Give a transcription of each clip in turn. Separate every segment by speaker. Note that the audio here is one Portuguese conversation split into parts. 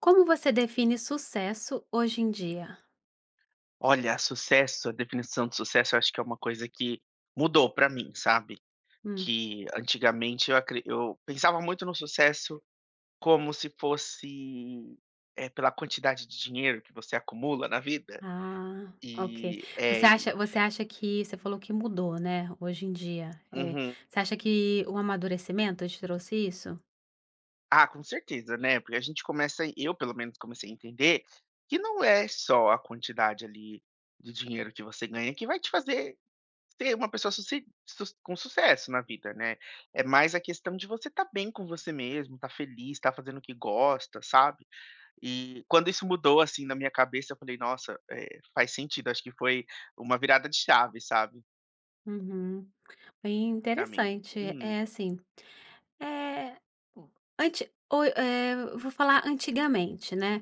Speaker 1: Como você define sucesso hoje em dia?
Speaker 2: Olha, sucesso, a definição de sucesso eu acho que é uma coisa que mudou pra mim, sabe.
Speaker 1: Hum,
Speaker 2: Que antigamente eu pensava muito no sucesso como se fosse, pela quantidade de dinheiro que você acumula na vida,
Speaker 1: ah, ok.
Speaker 2: e é
Speaker 1: Você
Speaker 2: e
Speaker 1: acha você acha que você falou que mudou, né, hoje em dia,
Speaker 2: uhum.
Speaker 1: você acha que o amadurecimento te trouxe isso?
Speaker 2: Ah, com certeza, né, porque a gente começa eu pelo menos comecei a entender que não é só a quantidade ali de dinheiro que você ganha que vai te fazer ser uma pessoa suci sus com sucesso na vida, né. É mais a questão de você estar bem com você mesmo, estar feliz, estar fazendo o que gosta, sabe. E quando isso mudou, assim, na minha cabeça, eu falei: "Nossa, faz sentido". Acho que foi uma virada de chave, sabe,
Speaker 1: Uhum. Bem
Speaker 2: pra mim.
Speaker 1: interessante.
Speaker 2: "Hum,
Speaker 1: É assim, é. Vou falar antigamente, né,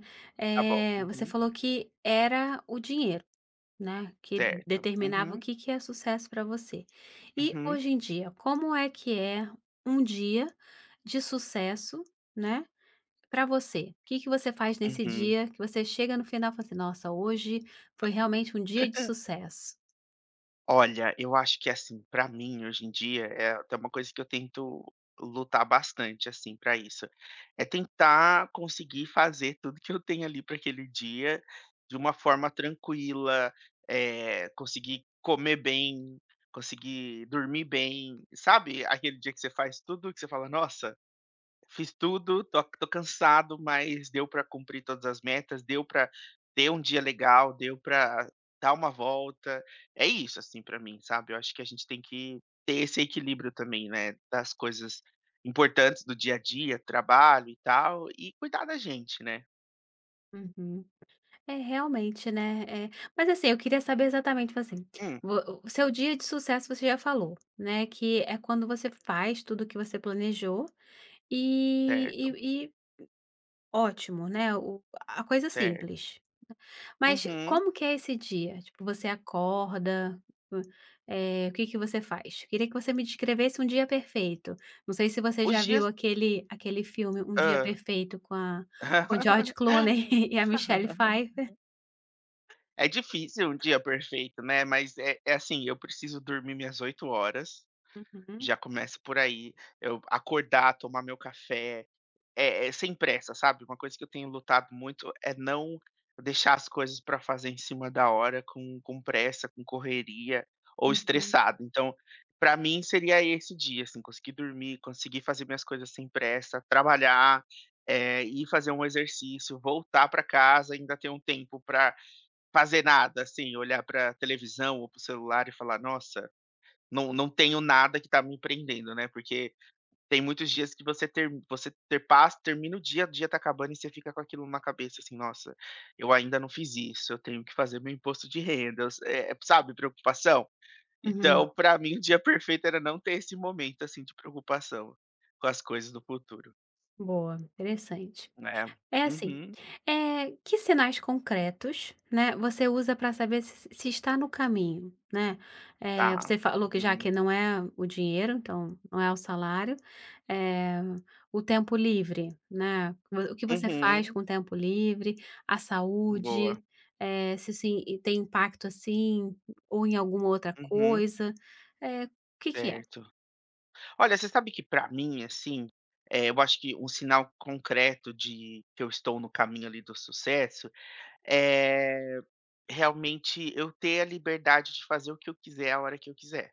Speaker 2: tá bom.
Speaker 1: você
Speaker 2: Uhum,
Speaker 1: falou que era o dinheiro. Né, que
Speaker 2: certo.
Speaker 1: determinava o
Speaker 2: Uhum,
Speaker 1: que que é sucesso para você. E
Speaker 2: uhum,
Speaker 1: hoje em dia, como é que é um dia de sucesso, né, para você? O que que você faz nesse
Speaker 2: uhum".
Speaker 1: dia que você chega no final e fala assim: "Nossa, hoje foi realmente um dia de sucesso"?
Speaker 2: Olha, eu acho que assim, pra mim hoje em dia é até uma coisa que eu tento lutar bastante assim pra isso. É tentar conseguir fazer tudo que eu tenho ali para aquele dia de uma forma tranquila, conseguir comer bem, conseguir dormir bem, sabe? Aquele dia que você faz tudo que você fala: "Nossa, fiz tudo, tô cansado, mas deu para cumprir todas as metas, deu para ter um dia legal, deu para dar uma volta. É isso, assim, para mim, sabe. Eu acho que a gente tem que ter esse equilíbrio também, né, das coisas importantes do dia a dia, trabalho e tal, e cuidar da gente, né.
Speaker 1: Uhum. É, realmente, né, mas assim, eu queria saber exatamente, tipo assim,
Speaker 2: Hum,
Speaker 1: vo o seu dia de sucesso você já falou, né, que é quando você faz tudo o que você planejou,
Speaker 2: certo,
Speaker 1: e ótimo, né, o a coisa
Speaker 2: certo.
Speaker 1: simples. Mas
Speaker 2: Uhum.
Speaker 1: como que é esse dia? Tipo, você acorda, hã, o que que você faz? Queria que você me descrevesse um dia perfeito. Não sei se você
Speaker 2: Os
Speaker 1: já
Speaker 2: dias
Speaker 1: viu aquele filme Um Dia
Speaker 2: hã.
Speaker 1: Perfeito com a com o George Clooney e a Michelle Pfeiffer.
Speaker 2: É difícil um dia perfeito, né, mas é assim, eu preciso dormir minhas 8 horas.
Speaker 1: Uhum.
Speaker 2: Já começa por aí. Eu acordar, tomar meu café, sem pressa, sabe. Uma coisa que eu tenho lutado muito é não deixar as coisas para fazer em cima da hora com pressa, com correria ou
Speaker 1: Uhum.
Speaker 2: estressado. Então, para mim seria esse dia, assim, conseguir dormir, conseguir fazer minhas coisas sem pressa, trabalhar, ir fazer um exercício, voltar para casa, ainda ter um tempo para fazer nada, assim, olhar pra televisão ou para o celular e falar: "Nossa, não, não tenho nada que tá me prendendo, né, porque tem muitos dias que você ter paz termina o dia tá acabando e você fica com aquilo na cabeça, assim: "Nossa, eu ainda não fiz isso, eu tenho que fazer meu imposto de renda", sabe, preocupação?
Speaker 1: Uhum.
Speaker 2: Então, pra mim, o dia perfeito era não ter esse momento, assim, de preocupação com as coisas do futuro,
Speaker 1: Boa, interessante.
Speaker 2: né.
Speaker 1: É assim,
Speaker 2: Uhum.
Speaker 1: que sinais concretos, né, você usa para saber se está no caminho, né? Eh,
Speaker 2: Tá.
Speaker 1: você falou que já
Speaker 2: Uhum.
Speaker 1: que não é o dinheiro, então não é o salário, eh, o tempo livre, né? O que você faz
Speaker 2: Uhum.
Speaker 1: com o tempo livre, a
Speaker 2: Boa.
Speaker 1: saúde, eh, se isso i tem impacto, assim, ou em alguma outra
Speaker 2: Uhum.
Speaker 1: coisa, eh, o que que é?
Speaker 2: Certo. Olha, você sabe que pra mim, assim, eu acho que um sinal concreto de que eu estou no caminho ali do sucesso é realmente eu ter a liberdade de fazer o que eu quiser a hora que eu quiser,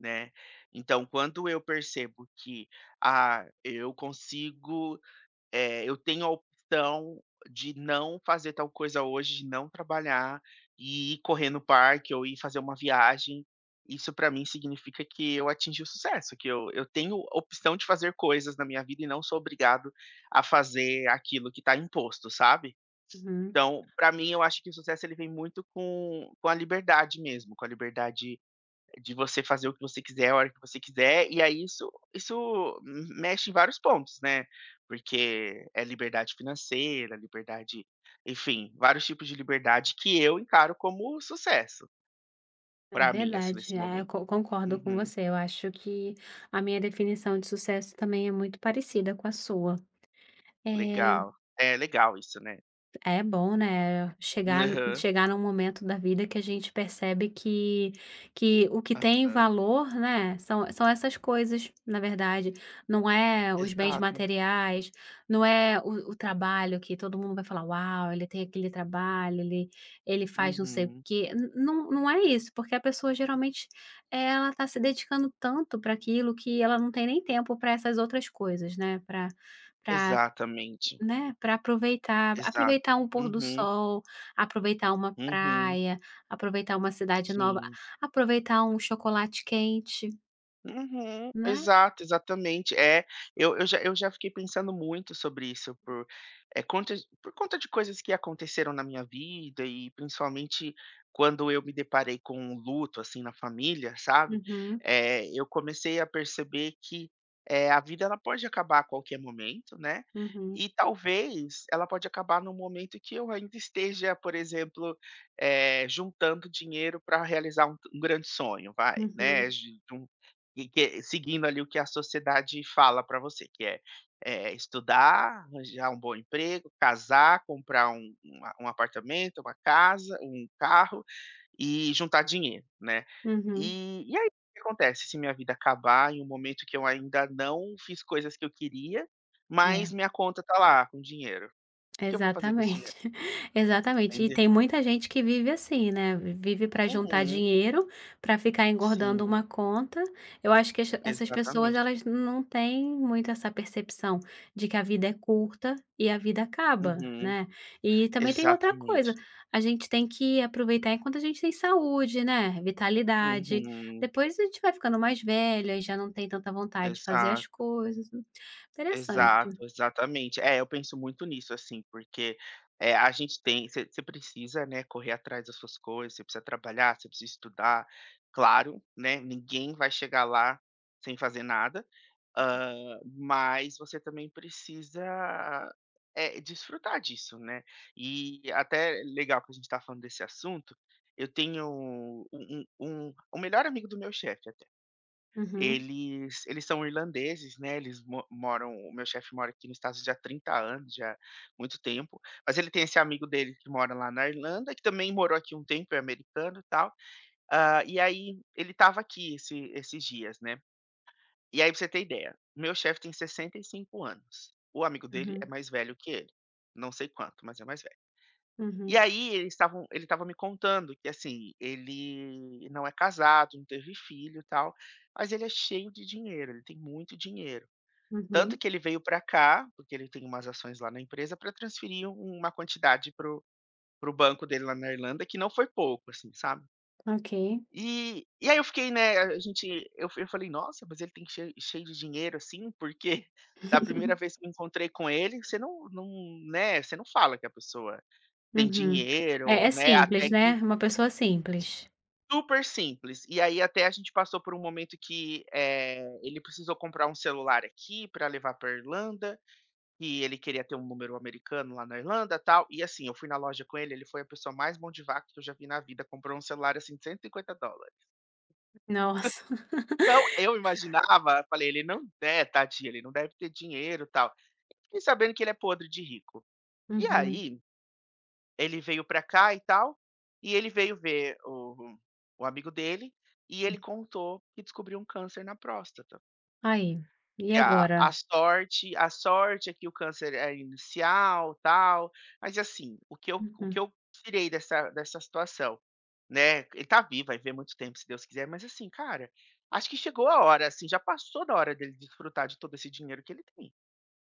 Speaker 2: né? Então, quando eu percebo que eu consigo eu tenho a opção de não fazer tal coisa hoje, de não trabalhar e ir correr no parque ou ir fazer uma viagem. Isso para mim significa que eu atingi o sucesso, que eu tenho opção de fazer coisas na minha vida e não sou obrigado a fazer aquilo que está imposto, sabe.
Speaker 1: Uhum.
Speaker 2: Então, para mim, eu acho que o sucesso ele vem muito com a liberdade mesmo, com a liberdade de você fazer o que você quiser, a hora que você quiser, e aí isso mexe em vários pontos, né, porque é liberdade financeira, liberdade enfim, vários tipos de liberdade que eu encaro como sucesso,
Speaker 1: É
Speaker 2: pra mim, assim,
Speaker 1: verdade,
Speaker 2: nesse
Speaker 1: é, eu
Speaker 2: momento.
Speaker 1: co concordo com
Speaker 2: Uhum.
Speaker 1: você. Eu acho que a minha definição de sucesso também é muito parecida com a sua. Eh,
Speaker 2: Legal. É legal isso, né.
Speaker 1: é bom, né, chegar
Speaker 2: Aham,
Speaker 1: chegar num momento da vida que a gente percebe que o que tem
Speaker 2: aham.
Speaker 1: valor, né, são essas coisas, na verdade. Não é os bens
Speaker 2: Exato.
Speaker 1: materiais, não é o trabalho que todo mundo vai falar: "Uau, ele tem aquele trabalho, ele ele faz não sei o
Speaker 2: Uhum.
Speaker 1: quê". N Não, não é isso, porque a pessoa geralmente, eh, ela está se dedicando tanto para aquilo que ela não tem nem tempo para essas outras coisas, né. Para pra
Speaker 2: Exatamente.
Speaker 1: né, para aproveitar
Speaker 2: Exato.
Speaker 1: aproveitar um pôr do
Speaker 2: Uhum,
Speaker 1: sol, aproveitar uma
Speaker 2: uhum.
Speaker 1: praia, aproveitar uma cidade nova,
Speaker 2: Sim.
Speaker 1: aproveitar um chocolate quente,
Speaker 2: Uhum,
Speaker 1: né.
Speaker 2: exato, exatamente. É, eu já fiquei pensando muito sobre isso por, é conta por conta de coisas que aconteceram na minha vida e principalmente quando eu me deparei com um luto, assim, na família, sabe,
Speaker 1: Uhum,
Speaker 2: eu comecei a perceber que, a vida ela pode acabar a qualquer momento, né,
Speaker 1: uhum,
Speaker 2: e talvez ela pode acabar no momento que eu ainda esteja, por exemplo, juntando dinheiro para realizar um grande sonho, vai, né,
Speaker 1: uhum,
Speaker 2: de um e que seguindo ali o que a sociedade fala para você, que é, estudar, arranjar um bom emprego, casar, comprar um uma um apartamento, uma casa, um carro e juntar dinheiro, né.
Speaker 1: uhum,
Speaker 2: E aí o que acontece se minha vida acabar em um momento que eu ainda não fiz coisas que eu queria, mas
Speaker 1: é.
Speaker 2: minha conta tá lá com dinheiro? O que que eu vou fazer com esse dinheiro?
Speaker 1: Exatamente, exatamente. E
Speaker 2: Entendeu?
Speaker 1: tem muita gente que vive assim, né, vive para juntar
Speaker 2: Uhum.
Speaker 1: dinheiro, para ficar
Speaker 2: Sim,
Speaker 1: engordando uma conta. Eu acho que essas pessoas
Speaker 2: exatamente.
Speaker 1: elas não têm muito essa percepção de que a vida é curta e a vida acaba,
Speaker 2: Uhum.
Speaker 1: né. E também tem outra
Speaker 2: Exatamente.
Speaker 1: coisa, a gente tem que aproveitar enquanto a gente tem saúde, né, vitalidade.
Speaker 2: Uhum.
Speaker 1: Depois a gente vai ficando mais velha e já não tem tanta vontade de fazer as coisas. Interessante.
Speaker 2: Exato, exatamente. É, eu penso muito nisso, assim, porque, eh, a gente tem você precisa, né, correr atrás das suas coisas, você precisa trabalhar, você precisa estudar, claro, né, ninguém vai chegar lá sem fazer nada. Ah, mas você também precisa, é, desfrutar disso, né. E até legal que a gente está falando desse assunto, eu tenho o melhor amigo do meu chefe.
Speaker 1: Uhum,
Speaker 2: Eles são irlandeses, né, eles mo moram o meu chefe mora aqui nos Estados já há 30 anos, já há muito tempo, mas ele tem esse amigo dele que mora lá na Irlanda, que também morou aqui um tempo, é americano e tal. Ah, e aí ele estava aqui esses dias, né. E aí pra você ter ideia, meu chefe tem 65 anos, o amigo dele é
Speaker 1: uhum,
Speaker 2: mais velho que ele, não sei quanto, mas é mais velho. E
Speaker 1: uhum.
Speaker 2: aí ele estava me contando que, assim, ele não é casado, não teve filho e tal, mas ele é cheio de dinheiro, ele tem muito dinheiro. Tanto
Speaker 1: Uhum,
Speaker 2: que ele veio para cá, porque ele tem umas ações lá na empresa, para transferir um, uma quantidade para o banco dele lá na Irlanda, que não foi pouco, assim, sabe.
Speaker 1: ok.
Speaker 2: E aí eu fiquei, né, a gente Eu falei: "Nossa, mas ele tem cheio de dinheiro, assim, porque da primeira vez que eu encontrei com ele, você não, né, você não fala que a pessoa tem
Speaker 1: Uhum. É
Speaker 2: dinheiro,
Speaker 1: é
Speaker 2: né,
Speaker 1: simples,
Speaker 2: até
Speaker 1: né,
Speaker 2: que".
Speaker 1: uma pessoa simples.
Speaker 2: Super simples. E aí até a gente passou por um momento que, ele precisou comprar um celular aqui para levar para Irlanda, e ele queria ter um número americano lá na Irlanda, tal. E assim, eu fui na loja com ele, ele foi a pessoa mais mão de vaca que eu já vi na vida, comprou um celular, assim, de 150 dólares.
Speaker 1: Nossa.
Speaker 2: Então eu imaginava falei: "Ele não é, tadinho, ele não deve ter dinheiro, tal". Fiquei sabendo que ele é podre de rico. E
Speaker 1: Uhum.
Speaker 2: aí ele veio pra cá e tal, e ele veio ver o amigo dele, e ele contou que descobriu um câncer na próstata.
Speaker 1: Aí, e
Speaker 2: E
Speaker 1: agora?
Speaker 2: a sorte é que o câncer é inicial, tal, mas assim, o que
Speaker 1: Uhum.
Speaker 2: eu tirei dessa situação, né, ele tá vivo, vai ver muito tempo se Deus quiser, mas assim, cara, acho que chegou a hora, assim, já passou da hora dele desfrutar de todo esse dinheiro que ele tem,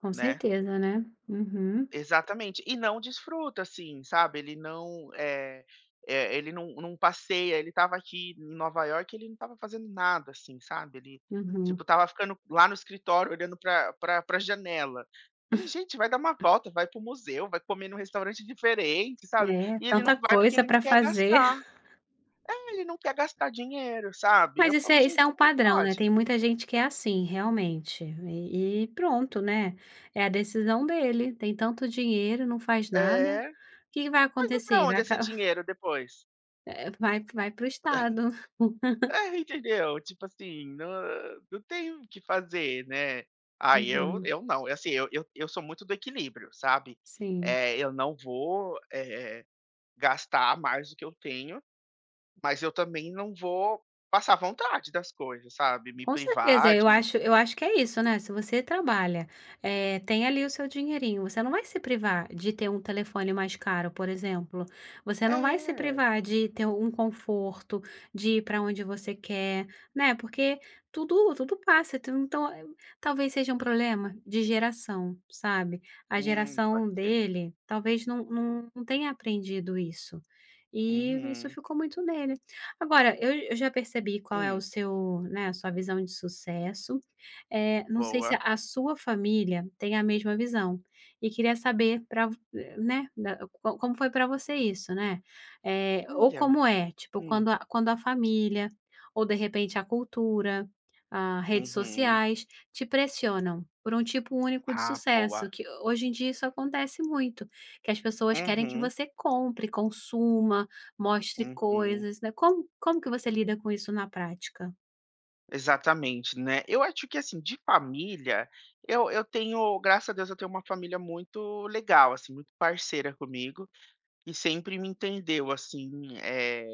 Speaker 1: Com
Speaker 2: né.
Speaker 1: certeza, né. Uhum,
Speaker 2: Exatamente. E não desfruta, assim, sabe, ele não, ele não passeia, ele estava aqui em Nova York, ele não estava fazendo nada, assim, sabe, ele, tipo,
Speaker 1: uhum.
Speaker 2: estava ficando lá no escritório olhando pra janela. Falei: "Gente, vai dar uma volta, vai pro museu, vai comer num restaurante diferente", sabe.
Speaker 1: É,
Speaker 2: E ele
Speaker 1: tanta
Speaker 2: não vai porque
Speaker 1: coisa
Speaker 2: ele não
Speaker 1: para
Speaker 2: quer
Speaker 1: fazer.
Speaker 2: gastar. É, ele não quer gastar dinheiro, sabe. Eu
Speaker 1: Mas isso
Speaker 2: falo:
Speaker 1: é isso
Speaker 2: "Gente,
Speaker 1: é um
Speaker 2: como
Speaker 1: padrão, né,
Speaker 2: pode?"
Speaker 1: tem muita gente que é assim, realmente. E pronto, né, é a decisão dele. Tem tanto dinheiro, não faz nada.
Speaker 2: É.
Speaker 1: O que que vai
Speaker 2: Mas vai pra
Speaker 1: acontecer? Vai
Speaker 2: onde esse
Speaker 1: aca
Speaker 2: dinheiro depois?
Speaker 1: Vai para o estado.
Speaker 2: É, entendeu? Tipo assim, não tem o que fazer, né. Ah,
Speaker 1: Uhum,
Speaker 2: eu não, é assim, eu sou muito do equilíbrio, sabe.
Speaker 1: sim.
Speaker 2: Eu não vou, gastar mais do que eu tenho, mas eu também não vou passar vontade das coisas, sabe, me
Speaker 1: Com certeza,
Speaker 2: privar
Speaker 1: eu
Speaker 2: de
Speaker 1: acho eu acho que é isso, né, se você trabalha, eh, tem ali o seu dinheirinho, você não vai se privar de ter um telefone mais caro, por exemplo, você não vai se
Speaker 2: é,
Speaker 1: privar de ter um conforto, de ir para onde você quer, né, porque tudo passa, tu então, eh, talvez seja um problema de geração, sabe. A
Speaker 2: pode
Speaker 1: geração
Speaker 2: ser.
Speaker 1: dele talvez não tenha aprendido isso, e isso
Speaker 2: Uhum.
Speaker 1: ficou muito nele. Agora, eu já percebi qual é o
Speaker 2: Hum,
Speaker 1: seu, né, a sua visão de sucesso, eh, não sei se
Speaker 2: boa.
Speaker 1: a sua família tem a mesma visão, e queria saber pra vo né, da co como foi para você isso, né, eh, ou
Speaker 2: Olha,
Speaker 1: como é, tipo,
Speaker 2: hum,
Speaker 1: quando a quando a família, ou de repente a cultura, ah, redes
Speaker 2: uhum.
Speaker 1: sociais, te pressionam por um tipo único de
Speaker 2: Ah,
Speaker 1: sucesso,
Speaker 2: boa.
Speaker 1: que hoje em dia isso acontece muito, que as pessoas querem que
Speaker 2: Uhum,
Speaker 1: você compre, consuma, mostre
Speaker 2: uhum.
Speaker 1: coisas, né. Como que você lida com isso na prática?
Speaker 2: Exatamente, né. Eu acho que, assim, de família, eu tenho graças a Deus, eu tenho uma família muito legal, assim, muito parceira comigo, e sempre me entendeu, assim,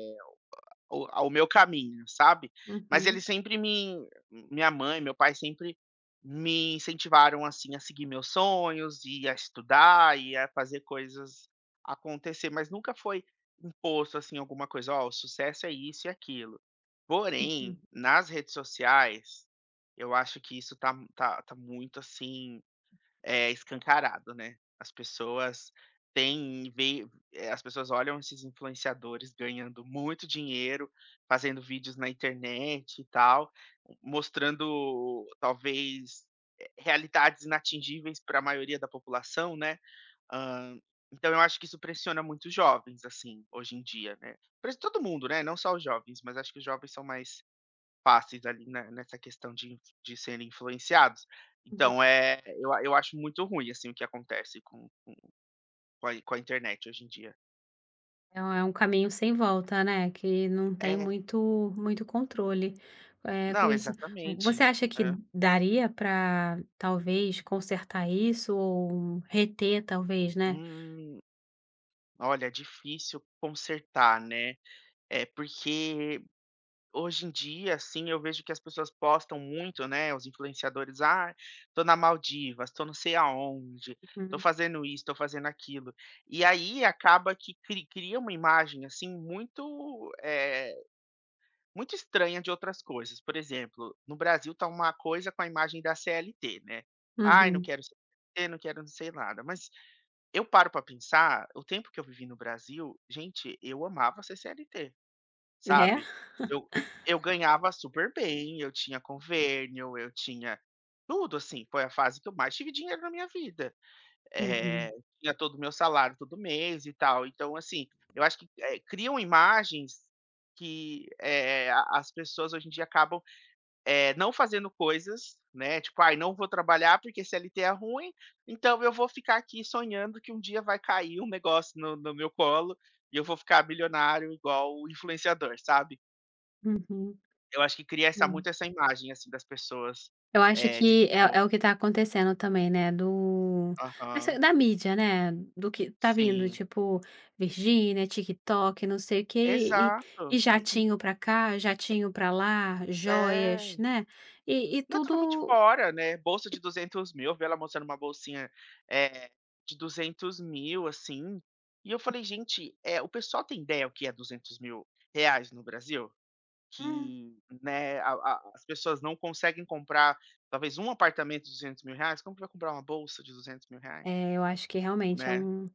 Speaker 2: o ao meu caminho, sabe. Mas eles
Speaker 1: Uhum,
Speaker 2: sempre me minha mãe, meu pai sempre me incentivaram, assim, a seguir meus sonhos e a estudar e a fazer coisas acontecer, mas nunca foi imposto, assim, alguma coisa: "Ó, o sucesso é isso e aquilo".
Speaker 1: uhum,
Speaker 2: Porém, nas redes sociais, eu acho que isso tá muito assim escancarado, né. As pessoas têm vê as pessoas olham esses influenciadores ganhando muito dinheiro, fazendo vídeos na internet e tal, mostrando talvez, realidades inatingíveis para a maioria da população, né. Hã, então eu acho que isso pressiona muito os jovens, assim, hoje em dia, né. Pres todo mundo, né, não só os jovens, mas acho que os jovens são mais fáceis ali na nessa questão de inf de serem influenciados.
Speaker 1: uhum.
Speaker 2: Então, eu acho muito ruim, assim, o que acontece com a internet hoje em dia.
Speaker 1: É um caminho sem volta, né, que não tem
Speaker 2: É,
Speaker 1: muito controle, é com
Speaker 2: não,
Speaker 1: isso.
Speaker 2: exatamente.
Speaker 1: Você acha que
Speaker 2: Hã.
Speaker 1: daria para talvez, consertar isso ou reter, talvez, né?
Speaker 2: Hum, olha, é difícil consertar, né. É, porque hoje em dia, assim, eu vejo que as pessoas postam muito, né, os influenciadores: "Ah, tô na Maldivas, tô não sei aonde, tô
Speaker 1: Uhum,
Speaker 2: fazendo isso, tô fazendo aquilo". E aí acaba que cria uma imagem, assim, muito, eh muito estranha de outras coisas. Por exemplo, no Brasil tá uma coisa com a imagem da CLT, né. "Ai, não
Speaker 1: uhum.
Speaker 2: quero ser CLT, não quero não sei nada", mas eu paro pra pensar, o tempo que eu vivi no Brasil, gente, eu amava ser CLT,
Speaker 1: É?
Speaker 2: sabe. Eu eu ganhava super bem, eu tinha convênio, eu tinha tudo, assim, foi a fase que eu mais tive dinheiro na minha vida. Eh,
Speaker 1: Uhum,
Speaker 2: tinha todo o meu salário todo mês e tal. Então, assim, eu acho que, criam imagens que, eh, a as pessoas hoje em dia acabam, não fazendo coisas, né, tipo: "Ai, não vou trabalhar porque CLT é ruim, então eu vou ficar aqui sonhando que um dia vai cair um negócio no meu colo e eu vou ficar bilionário igual o influenciador", sabe.
Speaker 1: uhum.
Speaker 2: Eu acho que cria essa muito
Speaker 1: É.
Speaker 2: essa imagem, assim, das pessoas,
Speaker 1: Eu acho
Speaker 2: eh, de
Speaker 1: que é
Speaker 2: tipo
Speaker 1: é o que tá acontecendo também, né, do essa
Speaker 2: aham,
Speaker 1: da mídia, né, do que tá vindo,
Speaker 2: sim.
Speaker 1: tipo, Virgínia, TikTok, não sei o quê, e
Speaker 2: Exato.
Speaker 1: e
Speaker 2: Uhum.
Speaker 1: jatinho pra cá, jatinho pra lá, joias,
Speaker 2: É.
Speaker 1: né, e
Speaker 2: Não, é totalmente
Speaker 1: tudo.
Speaker 2: fora, né, bolsa de 200.000, eu vi ela mostrando uma bolsinha, eh, de 200.000 assim, e eu falei: "Gente, o pessoal tem ideia o que é 200.000 reais no Brasil?"
Speaker 1: Hum,
Speaker 2: Que, né, a as pessoas não conseguem comprar talvez um apartamento de 200.000 reais, como que vai comprar uma bolsa de 200.000 reais,
Speaker 1: é, eu acho que realmente é
Speaker 2: né?
Speaker 1: um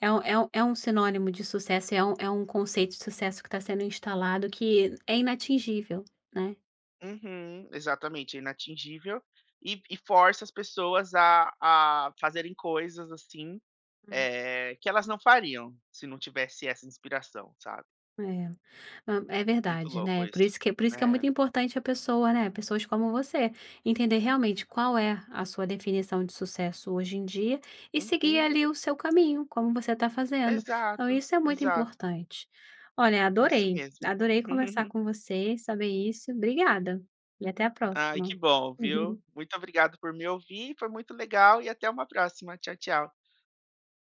Speaker 1: é um é um é um sinônimo de sucesso, é um conceito de sucesso que está sendo instalado que é inatingível, né.
Speaker 2: Uhum, exatamente, é inatingível, e força as pessoas a fazerem coisas, assim, eh, que elas não fariam se não tivesse essa inspiração, sabe.
Speaker 1: É, hã, é
Speaker 2: Muito
Speaker 1: verdade,
Speaker 2: louco
Speaker 1: né, por
Speaker 2: isso.
Speaker 1: isso que por isso que é
Speaker 2: É.
Speaker 1: muito importante a pessoa, né, pessoas como você, entender realmente qual é a sua definição de sucesso hoje em dia e seguir
Speaker 2: Uhum.
Speaker 1: ali o seu caminho, como você está fazendo. Então
Speaker 2: Exato,
Speaker 1: isso é muito
Speaker 2: exato.
Speaker 1: importante. Olha,
Speaker 2: Isso mesmo.
Speaker 1: adorei conversar com você, saber isso. Obrigada, e até a
Speaker 2: Ai,
Speaker 1: próxima.
Speaker 2: que bom, viu. Muito obrigado por me ouvir, foi muito legal e até uma próxima. Tchau, tchau.